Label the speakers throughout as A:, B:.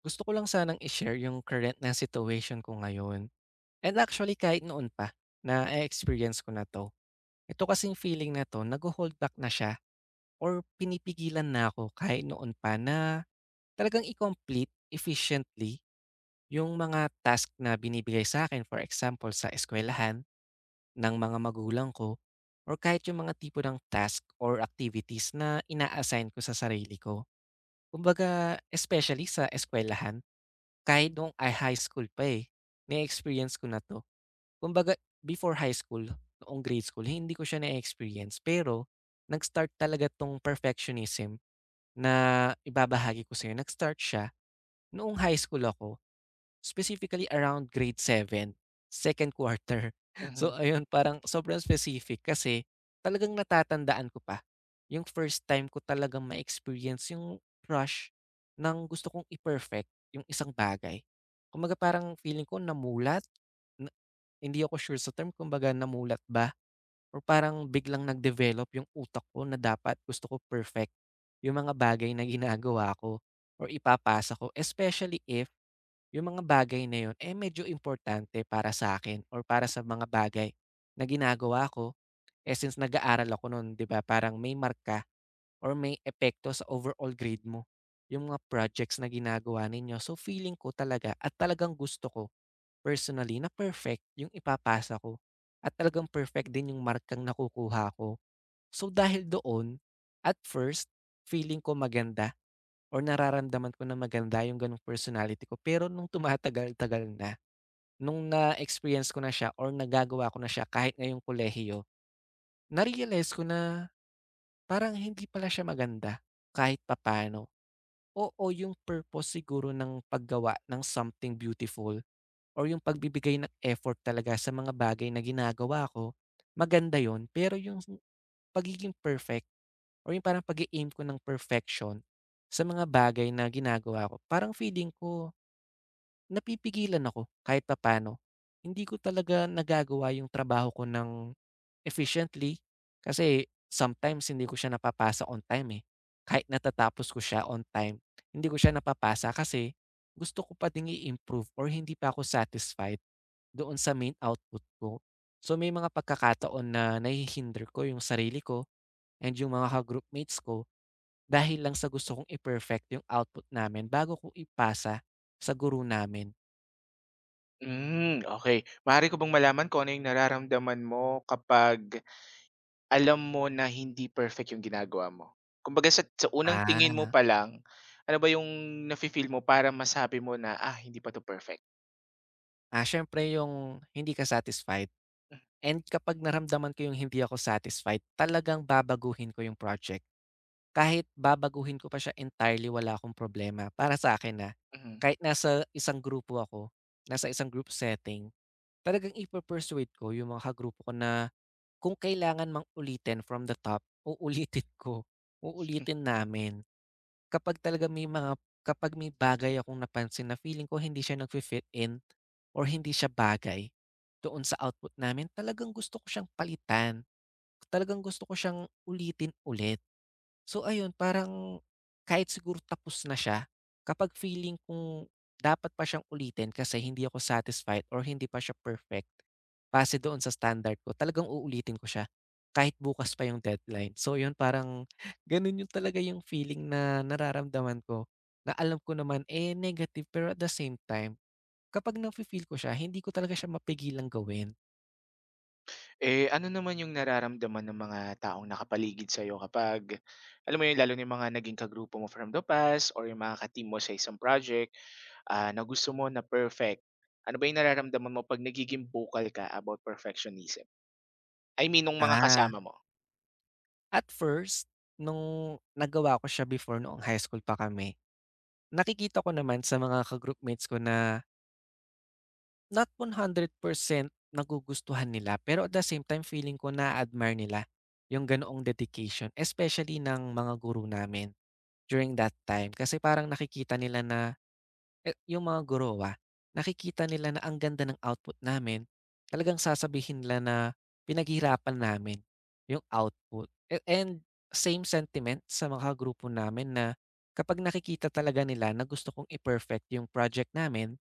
A: Gusto ko lang sanang i-share yung current na situation ko ngayon. And actually kahit noon pa, na experience ko na 'to. Ito kasing feeling na 'to nagho-hold back na siya or pinipigilan na ako kahit noon pa na talagang i-complete efficiently yung mga task na binibigay sa akin. For example, sa eskwelahan ng mga magulang ko or kahit yung mga tipo ng task or activities na ina-assign ko sa sarili ko. Kumbaga especially sa eskwelahan kahit noong ay high school pa, eh, na-experience ko na 'to. Kumbaga before high school, noong grade school, hindi ko siya na-experience, pero nag-start talaga 'tong perfectionism na ibabahagi ko sa'yo. Nag-start siya noong high school ako. Specifically around grade 7, second quarter. So
B: Mhm.
A: ayun, parang sobrang specific kasi talagang natatandaan ko pa yung first time ko talagang ma-experience yung rush ng gusto kong i-perfect yung isang bagay. Kumbaga parang feeling ko namulat, na- hindi ako sure sa term, kumbaga namulat ba? Or parang biglang nag-develop yung utak ko na dapat gusto ko perfect yung mga bagay na ginagawa ko or ipapasa ko. Especially if yung mga bagay na yun, eh, medyo importante para sa akin, or para sa mga bagay na ginagawa ko. Eh, since nag-aaral ako nun, 'di ba, parang may marka or may epekto sa overall grade mo yung mga projects na ginagawa ninyo. So, feeling ko talaga at talagang gusto ko personally na perfect yung ipapasa ko at talagang perfect din yung markang nakukuha ko. So, dahil doon, at first, feeling ko maganda or nararamdaman ko na maganda yung gano'ng personality ko. Pero nung tumatagal-tagal na, nung na-experience ko na siya or nagagawa ko na siya kahit ngayong kolehiyo, na-realize ko na parang hindi pala siya maganda kahit papaano. Oo, yung purpose siguro ng paggawa ng something beautiful or yung pagbibigay ng effort talaga sa mga bagay na ginagawa ko, maganda yon. Pero yung pagiging perfect or yung parang pag aim ko ng perfection sa mga bagay na ginagawa ko, parang feeling ko napipigilan ako kahit papaano. Hindi ko talaga nagagawa yung trabaho ko ng efficiently kasi sometimes hindi ko siya napapasa on time, eh. Kahit natatapos ko siya on time, hindi ko siya napapasa kasi gusto ko pa ding i-improve or hindi pa ako satisfied doon sa main output ko. So, may mga pagkakataon na nahihinder ko yung sarili ko and yung mga ka-groupmates ko dahil lang sa gusto kong i-perfect yung output namin bago ko ipasa sa guru namin.
B: Hmm, okay, maaari ko bang malaman kung ano yung nararamdaman mo kapag alam mo na hindi perfect yung ginagawa mo? Kumbaga sa unang tingin
A: Ah,
B: mo pa lang, ano ba yung nafi-feel mo para masabi mo na, "Ah, hindi pa 'to perfect."
A: Ah, siyempre yung hindi ka satisfied,
B: Hmm,
A: and kapag naramdaman ko yung hindi ako satisfied, talagang babaguhin ko yung project. Kahit babaguhin ko pa siya entirely, wala akong problema. Para sa akin na,
B: mhm.
A: kahit nasa isang grupo ako, nasa isang group setting, talagang ipa-persuade ko yung mga kagrupo ko na kung kailangan mang ulitin from the top, uulitin ko, uulitin namin. Kapag may bagay akong napansin na feeling ko hindi siya nagfi-fit in or hindi siya bagay doon sa output namin, talagang gusto ko siyang palitan. Talagang gusto ko siyang ulitin ulit. So ayun, parang kahit siguro tapos na siya, kapag feeling kung dapat pa siyang ulitin kasi hindi ako satisfied or hindi pa siya perfect base doon sa standard ko, talagang uulitin ko siya kahit bukas pa yung deadline. So yun, parang ganun yung talaga yung feeling na nararamdaman ko na alam ko naman eh negative, pero at the same time, kapag nafe-feel ko siya, hindi ko talaga siya mapigilang gawin.
B: Eh, ano naman yung nararamdaman ng mga taong nakapaligid sa'yo kapag alam mo yun, lalo na yung mga naging kagrupo mo from the past or yung mga ka-team mo sa isang project, ah, na gusto mo na perfect. Ano ba yung nararamdaman mo 'pag nagiging vocal ka about perfectionism? I mean nung mga
A: Ah.
B: kasama mo?
A: At first, nung nagawa ko siya before noong high school pa kami, nakikita ko naman sa mga ka-groupmates ko na not 100% nagugustuhan nila, pero at the same time feeling ko na admire nila yung ganoong dedication, especially ng mga guru namin during that time. Kasi parang nakikita nila na, eh, yung mga gorowa, nakikita nila na ang ganda ng output namin, talagang sasabihin nila na pinaghirapan namin yung output. A and same sentiment sa mga grupo namin na kapag nakikita talaga nila na gusto kong i-perfect yung project namin,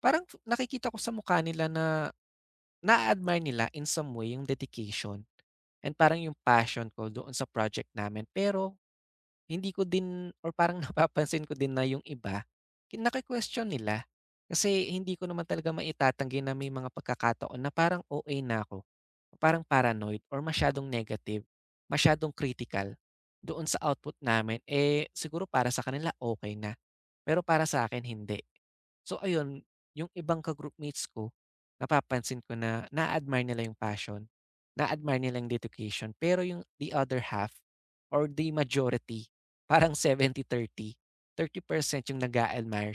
A: parang nakikita ko sa mukha nila na naa-admire nila in some way yung dedication and parang yung passion ko doon sa project namin. Pero hindi ko din or parang napapansin ko din na yung iba, naki-question nila. Kasi hindi ko naman talaga maitatanggi na may mga pagkakataon na parang o a na ako, parang paranoid or masyadong negative, masyadong critical doon sa output namin. Eh, siguro para sa kanila okay na, pero para sa akin hindi. So ayun, yung ibang ka-groupmates ko, napapansin ko na na admire nila yung passion, na admire nila yung dedication, pero yung the other half or the majority, parang seventy thirty, thirty percent yung nag-a-admire,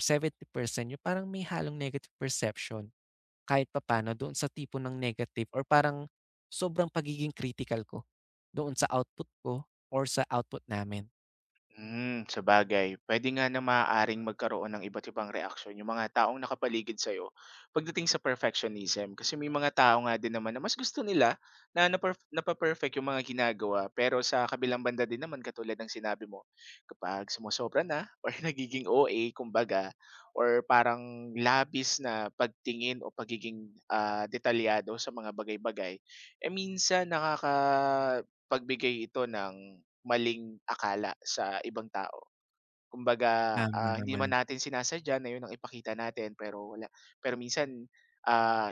A: percent yung parang may halong negative perception kahit papaano doon sa tipo ng negative or parang sobrang pagiging critical ko doon sa output ko or sa output namin.
B: Hmm, sabagay puwede nga na maaaring magkaroon ng iba't ibang reaksyon yung mga taong nakapaligid sa'yo pagdating sa perfectionism. Kasi may mga tao nga din naman na mas gusto nila na napa-perfect yung mga ginagawa. Pero sa kabilang banda din naman katulad ng sinabi mo, kapag sumosobra na or nagiging o OA kumbaga or parang labis na pagtingin o pagiging, detalyado sa mga bagay-bagay, eh, minsan pagbigay ito ng maling akala sa ibang tao. Kumbaga,
A: Tama
B: hindi
A: naman.
B: man natin sinasadya na 'yun ang ipakita natin pero wala, pero minsan, ah,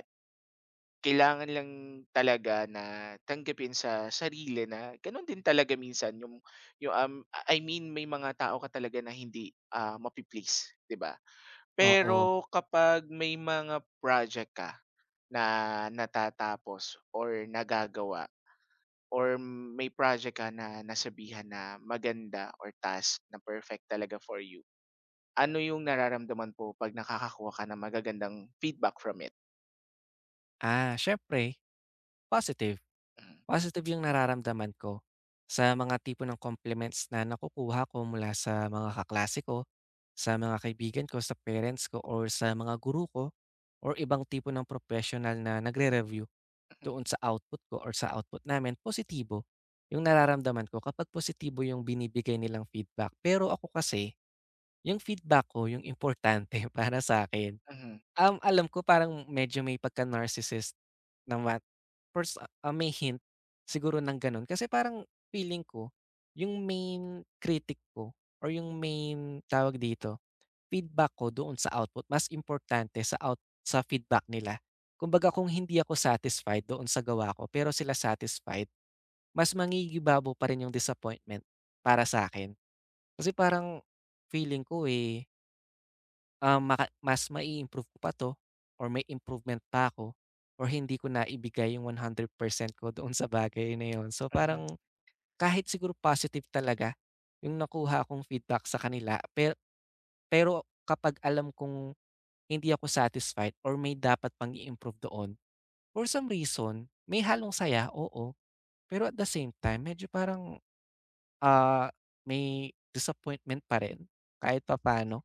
B: kailangan lang talaga na tanggapin sa sarili na gano'n din talaga minsan yung yung. I mean may mga tao ka talaga na hindi, mapi-please, 'di ba?
A: Oo.
B: Pero kapag may mga project ka na natatapos or nagagawa or may project ka na nasabihan na maganda or task na perfect talaga for you, ano yung nararamdaman po 'pag nakakakuha ka ng magagandang feedback from it?
A: Ah, siyempre positive.
B: Hmm,
A: Positive yung nararamdaman ko sa mga tipo ng compliments na nakukuha ko mula sa mga kaklase ko, sa mga kaibigan ko, sa parents ko, or sa mga guru ko, or ibang tipo ng professional na nagre-review
B: mhm,
A: doon sa output ko or sa output namin. Positibo yung nararamdaman ko kapag positibo yung binibigay nilang feedback. Pero ako kasi, yung feedback ko yung importante para sa akin.
B: mhm,
A: Um, alam ko parang medyo may pagka-narcissist naman or sa ah, may hint siguro ng gano'n. Kasi parang feeling ko yung main critic ko or yung main tawag dito, feedback ko doon sa output mas importante sa feedback nila. Kumbaga kung hindi ako satisfied doon sa gawa ko pero sila satisfied, mas mangingibabaw pa rin yung disappointment para sa akin. Kasi parang feeling ko, eh, um, mas mai-improve ko pa 'to or may improvement pa ako or hindi ko na ibigay yung 100% ko doon sa bagay na yun. So,
B: mhm.
A: parang kahit siguro positive talaga yung nakuha kong feedback sa kanila pero kapag alam kong hindi ako satisfied or may dapat pang i-improve doon, for some reason, may halong saya, oo. Pero at the same time, medyo parang, ah, may disappointment pa rin kahit pa paano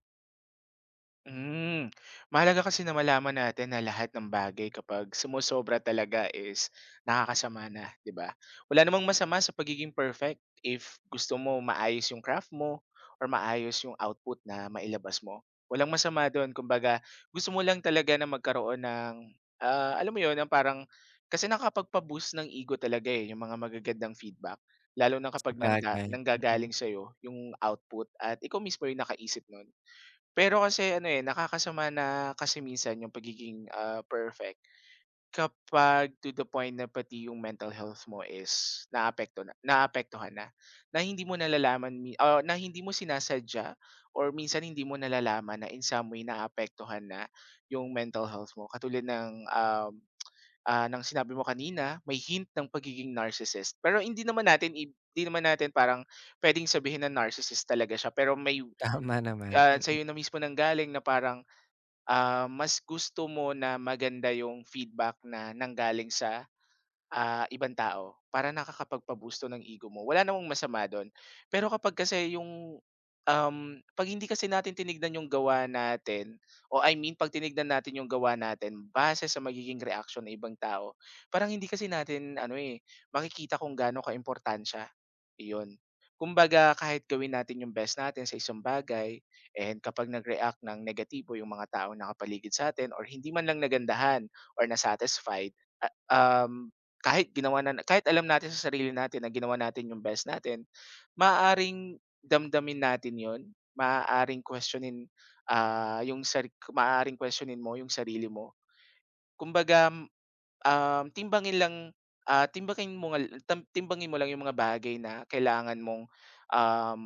B: Hmm, mahalaga kasi na malaman natin na lahat ng bagay kapag sumosobra talaga is nakakasama na, 'di ba? Wala namang masama sa pagiging perfect if gusto mo maayos yung craft mo or maayos yung output na mailabas mo. Walang masama doon. Kumbaga, gusto mo lang talaga na magkaroon ng, alam mo yon ng parang, kasi nakakapagpa-boost ng ego talaga eh, yung mga magagandang feedback. Lalo na
A: sa
B: kapag
A: bagay. Mm. Mm.
B: nanggagaling sa'yo yung output at ikaw mismo yung nakaisip nun. Pero kasi ano, eh, nakakasama na kasi minsan yung pagiging, perfect kapag to the point na pati yung mental health mo is na naapektuhan na, na hindi mo nalalaman mi o na hindi mo sinasadya or minsan hindi mo nalalaman na in some way naapektuhan na yung mental health mo. Katulad ng, ng sinabi mo kanina, may hint ng pagiging narcissist. Pero hindi naman natin parang pwedeng sabihin na narcissist talaga siya pero may,
A: Tama naman, mm.
B: sa'yo na mismo nanggaling na parang, ah, mas gusto mo na maganda yung feedback na nanggaling sa, ah, ibang tao para nakakapagpabusto ng ego mo, wala namang masama dun. Pero kapag kasi yung, um, 'pag hindi kasi natin tinignan yung gawa natin, o I mean 'pag tinignan natin yung gawa natin base sa magiging reaksyon ng ibang tao, parang hindi kasi natin ano, eh, makikita kung gaano kaimportansya, iyon. Kumbaga kahit gawin natin yung best natin sa isang bagay and kapag nag-react ng negatibo yung mga tao taong nakapaligid sa'tin or hindi man lang nagandahan or na-satisfied, a- um kahit ginawa na kahit alam natin sa sarili natin na ginawa natin yung best natin, maaaring damdamin natin yun, maaaring questionin, ah, yung sar, maaaring questionin mo yung sarili mo. Kumbaga, timbangin lang, ah, timbangin mo nga timbangin mo lang yung mga bagay na kailangan mong, um,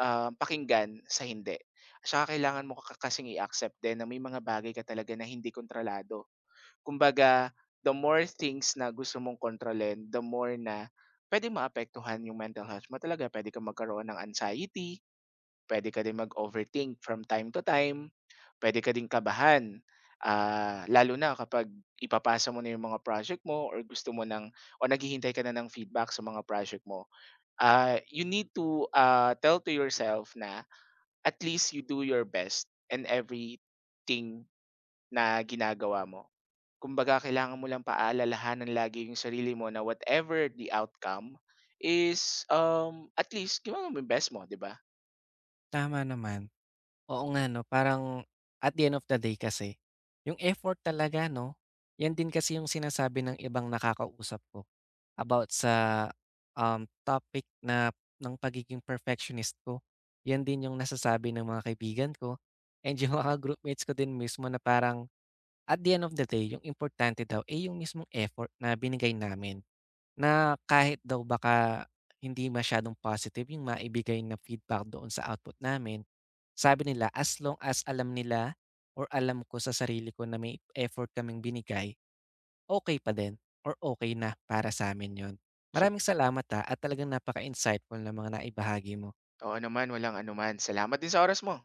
B: pakinggan sa hindi. At saka kailangan mo kasing i-accept din na may mga bagay ka talaga na hindi kontrolado. Kumbaga, the more things na gusto mong kontrolin, the more na puwedeng maapektuhan yung mental health mo talaga. Pwede ka magkaroon ng anxiety, pwede ka din mag-overthink from time to time, pwede ka din kabahan, ah, lalo na kapag ipapasa mo na yung mga project mo or gusto mo ng o naghihintay ka na ng feedback sa mga project mo. Ah, you need to, ah, tell to yourself na at least you do your best in everything na ginagawa mo. Kumbaga kailangan mo lang paalalahanan lagi yung sarili mo na whatever the outcome is, um, at least ginawa mo yung best mo, 'di ba?
A: Tama naman. Oo nga 'no, parang at the end of the day kasi, yung effort talaga 'no, yan din kasi yung sinasabi ng ibang nakakausap ko about sa, um, topic na ng pagiging perfectionist ko. Yan din yung nasasabi ng mga kaibigan ko and yung mga groupmates ko din mismo na parang at the end of the day, yung importante daw, ay yung mismong effort na binigay namin. Na kahit daw baka hindi masyadong positive yung maibigay na feedback doon sa output namin, sabi nila as long as alam nila or alam ko sa sarili ko na may effort kaming binigay, okay pa din or okay na para sa'min yun.
B: Siyem
A: Maraming salamat, ah, at talagang napaka-insightful ng mga naibahagi mo.
B: Oo naman, walang anuman. Salamat din sa oras mo.